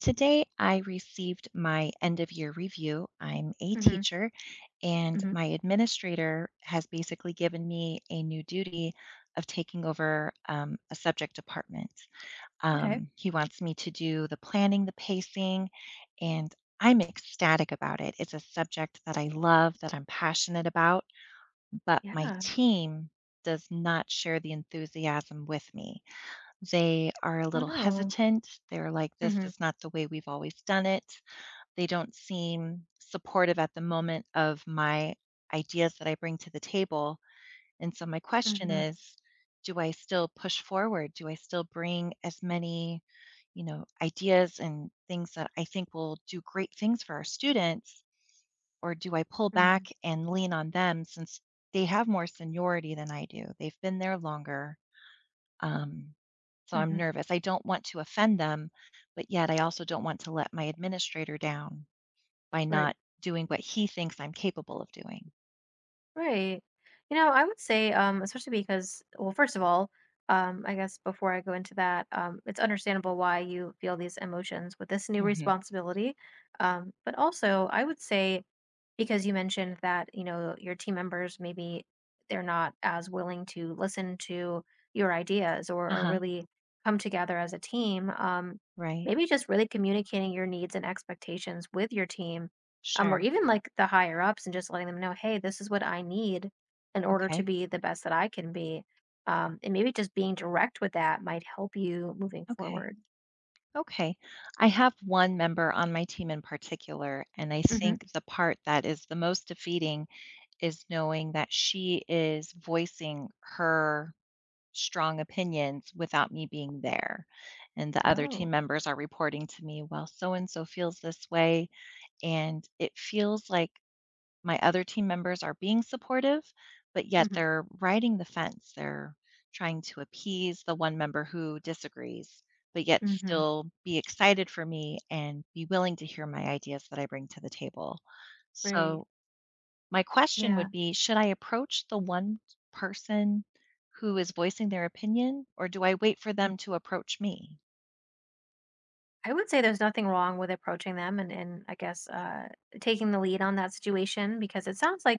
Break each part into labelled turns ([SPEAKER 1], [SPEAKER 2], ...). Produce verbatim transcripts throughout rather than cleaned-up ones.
[SPEAKER 1] Today, I received my end of year review. I'm a
[SPEAKER 2] Mhm.
[SPEAKER 1] teacher, and
[SPEAKER 2] Mhm.
[SPEAKER 1] my administrator has basically given me a new duty of taking over um, a subject department.
[SPEAKER 2] Okay.
[SPEAKER 1] Um, he wants me to do the planning, the pacing, and I'm ecstatic about it. It's a subject that I love, that I'm passionate about, but my
[SPEAKER 2] Yeah.
[SPEAKER 1] team does not share the enthusiasm with me. They are a
[SPEAKER 2] Oh
[SPEAKER 1] little
[SPEAKER 2] no.
[SPEAKER 1] hesitant. They're like, this
[SPEAKER 2] Mhm.
[SPEAKER 1] is not the way we've always done it. They don't seem supportive at the moment of my ideas that I bring to the table. And so, my question
[SPEAKER 2] Mhm.
[SPEAKER 1] is, do I still push forward? Do I still bring as many, you know, ideas and things that I think will do great things for our students? Or do I pull
[SPEAKER 2] Mhm.
[SPEAKER 1] back and lean on them since they have more seniority than I do? They've been there longer, um, so I'm
[SPEAKER 2] Mhm.
[SPEAKER 1] nervous. I don't want to offend them, but yet I also don't want to let my administrator down by not
[SPEAKER 2] Right.
[SPEAKER 1] doing what he thinks I'm capable of doing.
[SPEAKER 2] Right. You know, I would say, um, especially because, well, first of all, um, I guess before I go into that, um, it's understandable why you feel these emotions with this new
[SPEAKER 1] Hmm.
[SPEAKER 2] responsibility. Um, but also, I would say, because you mentioned that, you know, your team members maybe they're not as willing to listen to your ideas or,
[SPEAKER 1] Uh
[SPEAKER 2] or
[SPEAKER 1] huh.
[SPEAKER 2] really come together as a team. Um,
[SPEAKER 1] Right.
[SPEAKER 2] maybe just really communicating your needs and expectations with your team um, or
[SPEAKER 1] Sure.
[SPEAKER 2] even like the higher ups and just letting them know, hey, this is what I need in order to
[SPEAKER 1] Okay.
[SPEAKER 2] be the best that I can be. Um, and maybe just being direct with that might help you moving
[SPEAKER 1] Okay.
[SPEAKER 2] forward.
[SPEAKER 1] Okay. I have one member on my team in particular, and I
[SPEAKER 2] hmm
[SPEAKER 1] think the part that is the most defeating is knowing that she is voicing her strong opinions without me being there. And the other team
[SPEAKER 2] Oh,
[SPEAKER 1] members are reporting to me, well, so and so feels this way. And it feels like my other team members are being supportive, but yet
[SPEAKER 2] hmm.
[SPEAKER 1] they're riding the fence. They're trying to appease the one member who disagrees, but yet
[SPEAKER 2] Hmm,
[SPEAKER 1] still be excited for me and be willing to hear my ideas that I bring to the table.
[SPEAKER 2] right.
[SPEAKER 1] So my question
[SPEAKER 2] Yeah.
[SPEAKER 1] would be, should I approach the one person who is voicing their opinion, or do I wait for them to approach me?
[SPEAKER 2] I would say there's nothing wrong with approaching them and, and I guess uh, taking the lead on that situation because it sounds like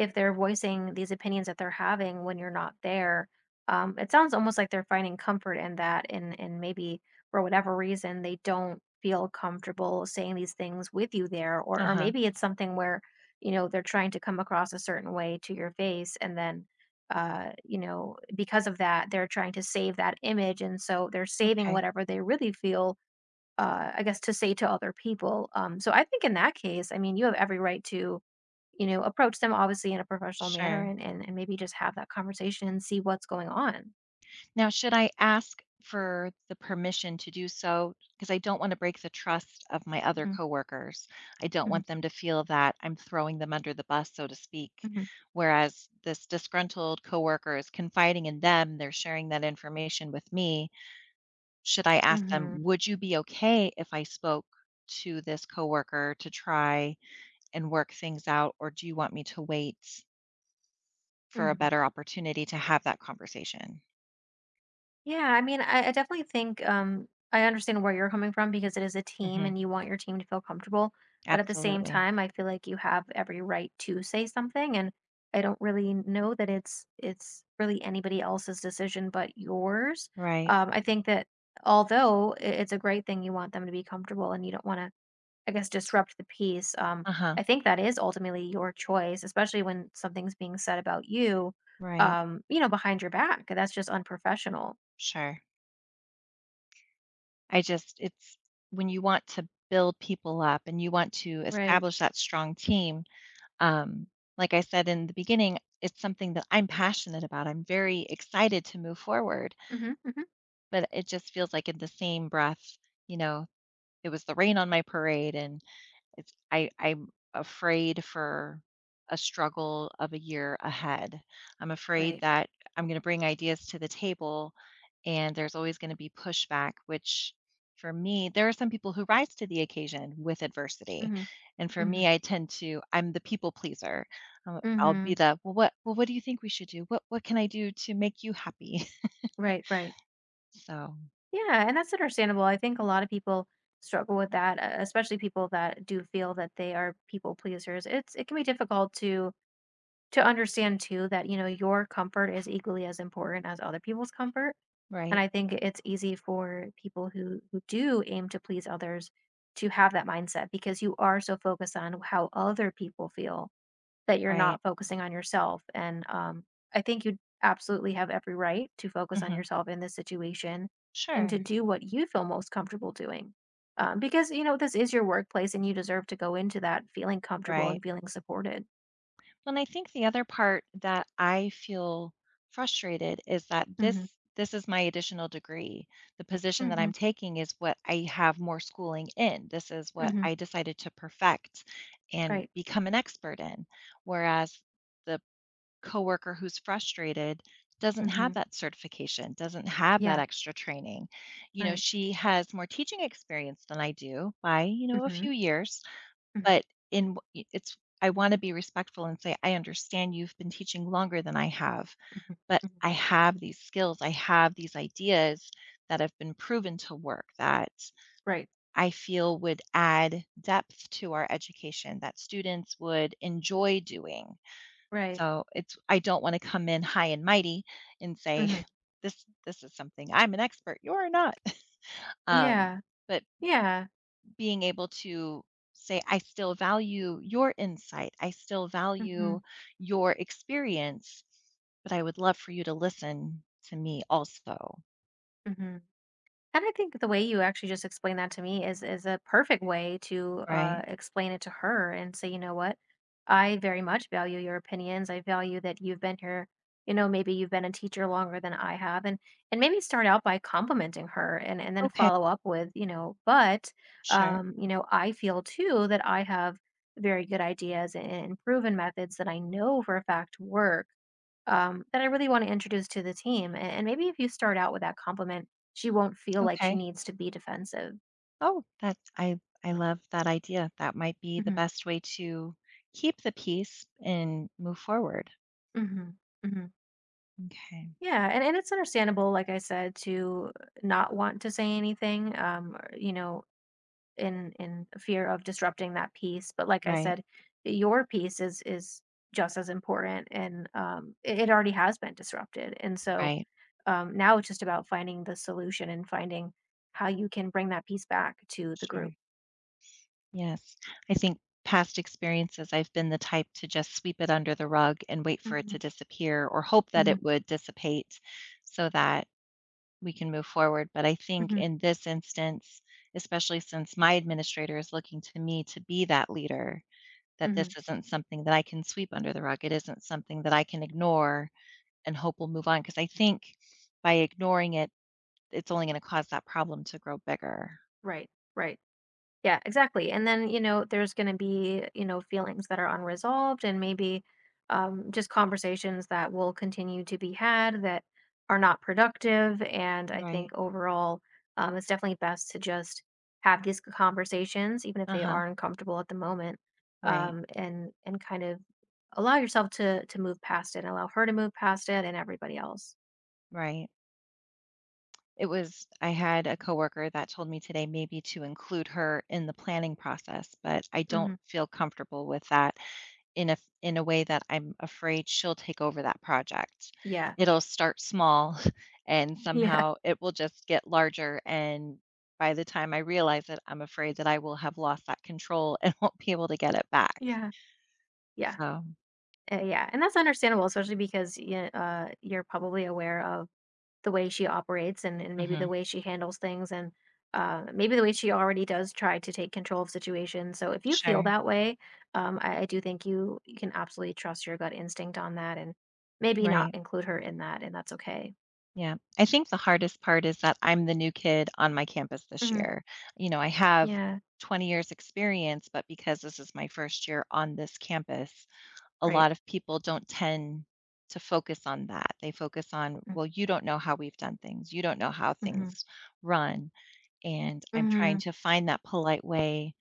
[SPEAKER 2] if they're voicing these opinions that they're having when you're not there, um, it sounds almost like they're finding comfort in that and and maybe for whatever reason they don't feel comfortable saying these things with you there or
[SPEAKER 1] Uh
[SPEAKER 2] or
[SPEAKER 1] huh.
[SPEAKER 2] maybe it's something where you know they're trying to come across a certain way to your face and then uh you know because of that they're trying to save that image and so they're saving
[SPEAKER 1] Okay.
[SPEAKER 2] whatever they really feel uh, I guess to say to other people. Um, so I think in that case, I mean, you have every right to, you know, approach them obviously in a professional manner
[SPEAKER 1] Sure.
[SPEAKER 2] and and, and maybe just have that conversation and see what's going on.
[SPEAKER 1] Now, should I ask for the permission to do so? Because I don't want to break the trust of my other
[SPEAKER 2] Hmm.
[SPEAKER 1] coworkers. I don't
[SPEAKER 2] Hmm.
[SPEAKER 1] want them to feel that I'm throwing them under the bus, so to speak.
[SPEAKER 2] Hmm.
[SPEAKER 1] Whereas this disgruntled coworker is confiding in them, they're sharing that information with me. Should I ask them,
[SPEAKER 2] Hmm.
[SPEAKER 1] "Would you be okay if I spoke to this coworker to try and work things out, or do you want me to wait for a
[SPEAKER 2] Hmm.
[SPEAKER 1] better opportunity to have that conversation?"
[SPEAKER 2] Yeah, I mean, I, I definitely think um, I understand where you're coming from because it is a team
[SPEAKER 1] Mhm,
[SPEAKER 2] and you want your team to feel comfortable. But at the same
[SPEAKER 1] absolutely.
[SPEAKER 2] time, I feel like you have every right to say something, and I don't really know that it's it's really anybody else's decision but yours.
[SPEAKER 1] Right.
[SPEAKER 2] Um, I think that although i- it's a great thing, you want them to be comfortable and you don't want to, I guess, disrupt the peace. Um,
[SPEAKER 1] Uh-huh,
[SPEAKER 2] I think that is ultimately your choice, especially when something's being said about you,
[SPEAKER 1] right.
[SPEAKER 2] um, you know, behind your back. That's just unprofessional.
[SPEAKER 1] Sure. I just it's when you want to build people up and you want to
[SPEAKER 2] Right.
[SPEAKER 1] establish that strong team, um, like I said in the beginning, it's something that I'm passionate about, I'm very excited to move forward.
[SPEAKER 2] Mhm, mhm,
[SPEAKER 1] But it just feels like in the same breath, you know, it was the rain on my parade and it's I I'm afraid for a struggle of a year ahead. I'm afraid
[SPEAKER 2] right.
[SPEAKER 1] that I'm going to bring ideas to the table and there's always going to be pushback, which for me, there are some people who rise to the occasion with adversity.
[SPEAKER 2] Mhm,
[SPEAKER 1] And for
[SPEAKER 2] mhm,
[SPEAKER 1] me, I tend to, I'm the people pleaser. I'll I'll be
[SPEAKER 2] mhm.
[SPEAKER 1] the, well, what, well, what do you think we should do? What, what can I do to make you happy?
[SPEAKER 2] Right, right.
[SPEAKER 1] So,
[SPEAKER 2] Yeah, and that's understandable. I think a lot of people struggle with that, uh, especially people that do feel that they are people pleasers. It's it can be difficult to to understand too that, you know, your comfort is equally as important as other people's comfort. And
[SPEAKER 1] right,
[SPEAKER 2] I think it's easy for people who who do aim to please others to have that mindset because you are so focused on how other people feel that you're
[SPEAKER 1] right.
[SPEAKER 2] not focusing on yourself. And um, I think you absolutely have every right to focus on
[SPEAKER 1] Hmm.
[SPEAKER 2] yourself in this situation and to
[SPEAKER 1] Sure.
[SPEAKER 2] do what you feel most comfortable doing. Um, because, you know, this is your workplace and you deserve to go into that feeling comfortable
[SPEAKER 1] Right.
[SPEAKER 2] and feeling supported.
[SPEAKER 1] Well, and I think the other part that I feel frustrated is that
[SPEAKER 2] Mm-hmm.
[SPEAKER 1] this this is my additional degree. The position that
[SPEAKER 2] Mm-hmm.
[SPEAKER 1] I'm taking is what I have more schooling in. This is what
[SPEAKER 2] Mm-hmm.
[SPEAKER 1] I decided to perfect and
[SPEAKER 2] Right.
[SPEAKER 1] become an expert in. Whereas the coworker who's frustrated doesn't
[SPEAKER 2] Mm-hmm.
[SPEAKER 1] have that certification, doesn't have that
[SPEAKER 2] Yeah.
[SPEAKER 1] extra training. You know,
[SPEAKER 2] Right.
[SPEAKER 1] she has more teaching experience than I do by, you know, a
[SPEAKER 2] Mm-hmm.
[SPEAKER 1] few years.
[SPEAKER 2] Mm-hmm.
[SPEAKER 1] But in w I it's I wanna be respectful and say, "I understand you've been teaching longer than I have, but
[SPEAKER 2] Mm-hmm.
[SPEAKER 1] I have these skills, I have these ideas that have been proven to work that
[SPEAKER 2] Right.
[SPEAKER 1] I feel would add depth to our education that students would enjoy doing."
[SPEAKER 2] Right.
[SPEAKER 1] So, it's I don't wanna come in high and mighty and say,
[SPEAKER 2] Mm-hmm.
[SPEAKER 1] "This this is something I'm an expert, you're not." Um,
[SPEAKER 2] Yeah.
[SPEAKER 1] but
[SPEAKER 2] Yeah.
[SPEAKER 1] being able to say, I still value your insight, I still
[SPEAKER 2] Mm-hmm.
[SPEAKER 1] value your experience, but I would love for you to listen to me also,
[SPEAKER 2] Mm-hmm. And I think the way you actually just explained that to me is is a perfect way to uh,
[SPEAKER 1] right?
[SPEAKER 2] explain it to her and say, you know what, I very much value your opinions. I value that you've been here. You know, maybe you've been a teacher longer than I have, and and maybe start out by complimenting her, and and then
[SPEAKER 1] Okay,
[SPEAKER 2] follow up with, you know, but
[SPEAKER 1] sure.
[SPEAKER 2] um, you know, I feel too that I have very good ideas and and proven methods that I know for a fact work um, that I really want to introduce to the team. And, and maybe if you start out with that compliment she won't feel like she
[SPEAKER 1] Okay.
[SPEAKER 2] needs to be defensive.
[SPEAKER 1] Oh, that I I love that idea. That might be the
[SPEAKER 2] Mhm,
[SPEAKER 1] best way to keep the peace and move forward.
[SPEAKER 2] mhm, mhm.
[SPEAKER 1] Okay.
[SPEAKER 2] Yeah, and and it's understandable, like I said, to not want to say anything, um, or, you know, in in fear of disrupting that peace, but like I
[SPEAKER 1] Right.
[SPEAKER 2] said, your piece is is just as important and, um, it it already has been disrupted, and so,
[SPEAKER 1] Right.
[SPEAKER 2] um, now it's just about finding the solution and finding how you can bring that piece back to the group.
[SPEAKER 1] Sure. Yes. I think past experiences, I've been the type to just sweep it under the rug and wait for it
[SPEAKER 2] Mhm,
[SPEAKER 1] to disappear or hope that
[SPEAKER 2] mhm,
[SPEAKER 1] it would dissipate so that we can move forward. But I think
[SPEAKER 2] mhm,
[SPEAKER 1] in this instance, especially since my administrator is looking to me to be that leader, that
[SPEAKER 2] mhm.
[SPEAKER 1] this isn't something that I can sweep under the rug. It isn't something that I can ignore and hope will move on. Because I think by ignoring it, it's only going to cause that problem to grow bigger.
[SPEAKER 2] Right, right. Yeah, exactly. And then, you know, there's going to be, you know, feelings that are unresolved and maybe um, just conversations that will continue to be had that are not productive. And I
[SPEAKER 1] Right.
[SPEAKER 2] think overall, um, it's definitely best to just have these conversations, even if
[SPEAKER 1] Uh
[SPEAKER 2] they
[SPEAKER 1] huh.
[SPEAKER 2] are uncomfortable at the moment,
[SPEAKER 1] Right.
[SPEAKER 2] um, and and kind of allow yourself to to move past it, allow her to move past it, and everybody else.
[SPEAKER 1] Right. It was I had a coworker that told me today maybe to include her in the planning process, but I don't
[SPEAKER 2] Hmm.
[SPEAKER 1] feel comfortable with that in a in a way that I'm afraid she'll take over that project.
[SPEAKER 2] Yeah,
[SPEAKER 1] It'll start small and
[SPEAKER 2] yeah,
[SPEAKER 1] somehow it will just get larger and by the time I realize it, I'm afraid that I will have lost that control and won't be able to get it back.
[SPEAKER 2] yeah, yeah.
[SPEAKER 1] So,
[SPEAKER 2] Uh, yeah, and that's understandable, especially because you, uh, you're probably aware of the way she operates and, and maybe
[SPEAKER 1] mhm,
[SPEAKER 2] the way she handles things and uh, maybe the way she already does try to take control of situations. So if you feel
[SPEAKER 1] sure.
[SPEAKER 2] that way, um, I, I do think you, you can absolutely trust your gut instinct on that and maybe not
[SPEAKER 1] Right.
[SPEAKER 2] include her in that, and that's okay.
[SPEAKER 1] Yeah. I think the hardest part is that I'm the new kid on my campus this
[SPEAKER 2] Hmm.
[SPEAKER 1] year. You know, I have
[SPEAKER 2] Yeah,
[SPEAKER 1] twenty years experience, but because this is my first year on this campus, a
[SPEAKER 2] right.
[SPEAKER 1] lot of people don't tend to focus on that. They focus on, well, you don't know how we've done things. You don't know how
[SPEAKER 2] Mm-hmm.
[SPEAKER 1] things run. And I'm
[SPEAKER 2] Mm-hmm.
[SPEAKER 1] trying to find that polite way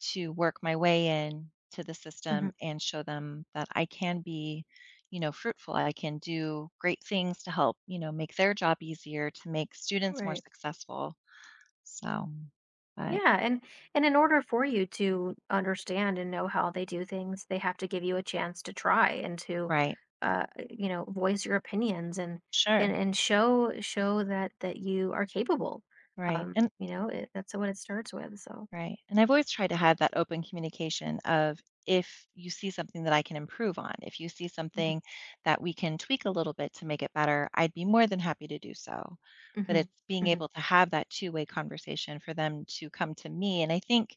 [SPEAKER 1] to work my way in to the
[SPEAKER 2] Hmm.
[SPEAKER 1] system and show them that I can be, you know, fruitful. I can do great things to help, you know, make their job easier, to make students more
[SPEAKER 2] Right.
[SPEAKER 1] successful. So, but
[SPEAKER 2] Yeah, and and in order for you to understand and know how they do things, they have to give you a chance to try and to,
[SPEAKER 1] right.
[SPEAKER 2] uh, you know, voice your opinions and and
[SPEAKER 1] Sure.
[SPEAKER 2] and show show that that you are capable.
[SPEAKER 1] Right.
[SPEAKER 2] Um,
[SPEAKER 1] And
[SPEAKER 2] you know, it, that's what it starts with. So,
[SPEAKER 1] right. And I've always tried to have that open communication of if you see something that I can improve on, if you see
[SPEAKER 2] hmm,
[SPEAKER 1] something that we can tweak a little bit to make it better, I'd be more than happy to do so.
[SPEAKER 2] hmm,
[SPEAKER 1] But it's being
[SPEAKER 2] hmm,
[SPEAKER 1] able to have that two-way conversation for them to come to me. And I think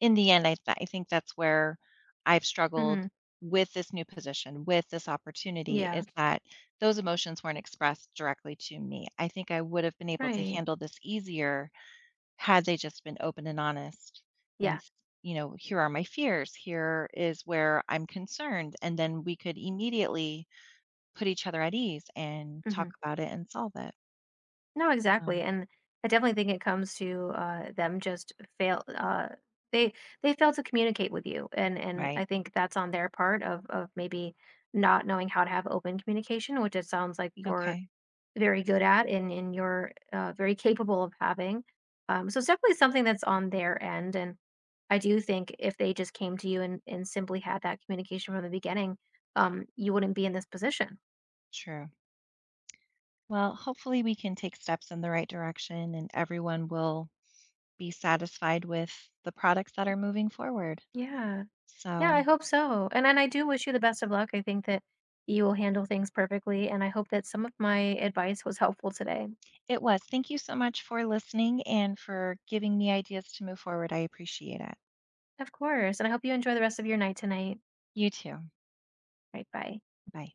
[SPEAKER 1] in the end, I, th- I think that's where I've struggled
[SPEAKER 2] hmm,
[SPEAKER 1] with this new position, with this opportunity,
[SPEAKER 2] yeah,
[SPEAKER 1] is that those emotions weren't expressed directly to me. I think I would have been able to
[SPEAKER 2] right,
[SPEAKER 1] handle this easier had they just been open and honest and,
[SPEAKER 2] yeah.
[SPEAKER 1] s you know, "Here are my fears. Here is where I'm concerned," and then we could immediately put each other at ease and talk
[SPEAKER 2] Mhm.
[SPEAKER 1] about it and solve it.
[SPEAKER 2] No,
[SPEAKER 1] So
[SPEAKER 2] exactly, and I definitely think it comes to, uh, them just fail uh, they they fail to communicate with you, and and I
[SPEAKER 1] right.
[SPEAKER 2] think that's on their part of of maybe not knowing how to have open communication, which it sounds like you're
[SPEAKER 1] Okay.
[SPEAKER 2] very good at and and you're, uh, very capable of having. Um, so it's definitely something that's on their end, and I do think if they just came to you and and simply had that communication from the beginning, um, you wouldn't be in this position.
[SPEAKER 1] True. Well, hopefully, we can take steps in the right direction, and everyone will be satisfied with the products that are moving forward.
[SPEAKER 2] Yeah. Yeah,
[SPEAKER 1] So
[SPEAKER 2] I hope so. And and I do wish you the best of luck. I think that you will handle things perfectly, and I hope that some of my advice was helpful today.
[SPEAKER 1] it was thank you so much for listening and for giving me ideas to move forward. I appreciate it.
[SPEAKER 2] Of course. And I hope you enjoy the rest of your night tonight.
[SPEAKER 1] You too.
[SPEAKER 2] Right, bye.
[SPEAKER 1] Bye.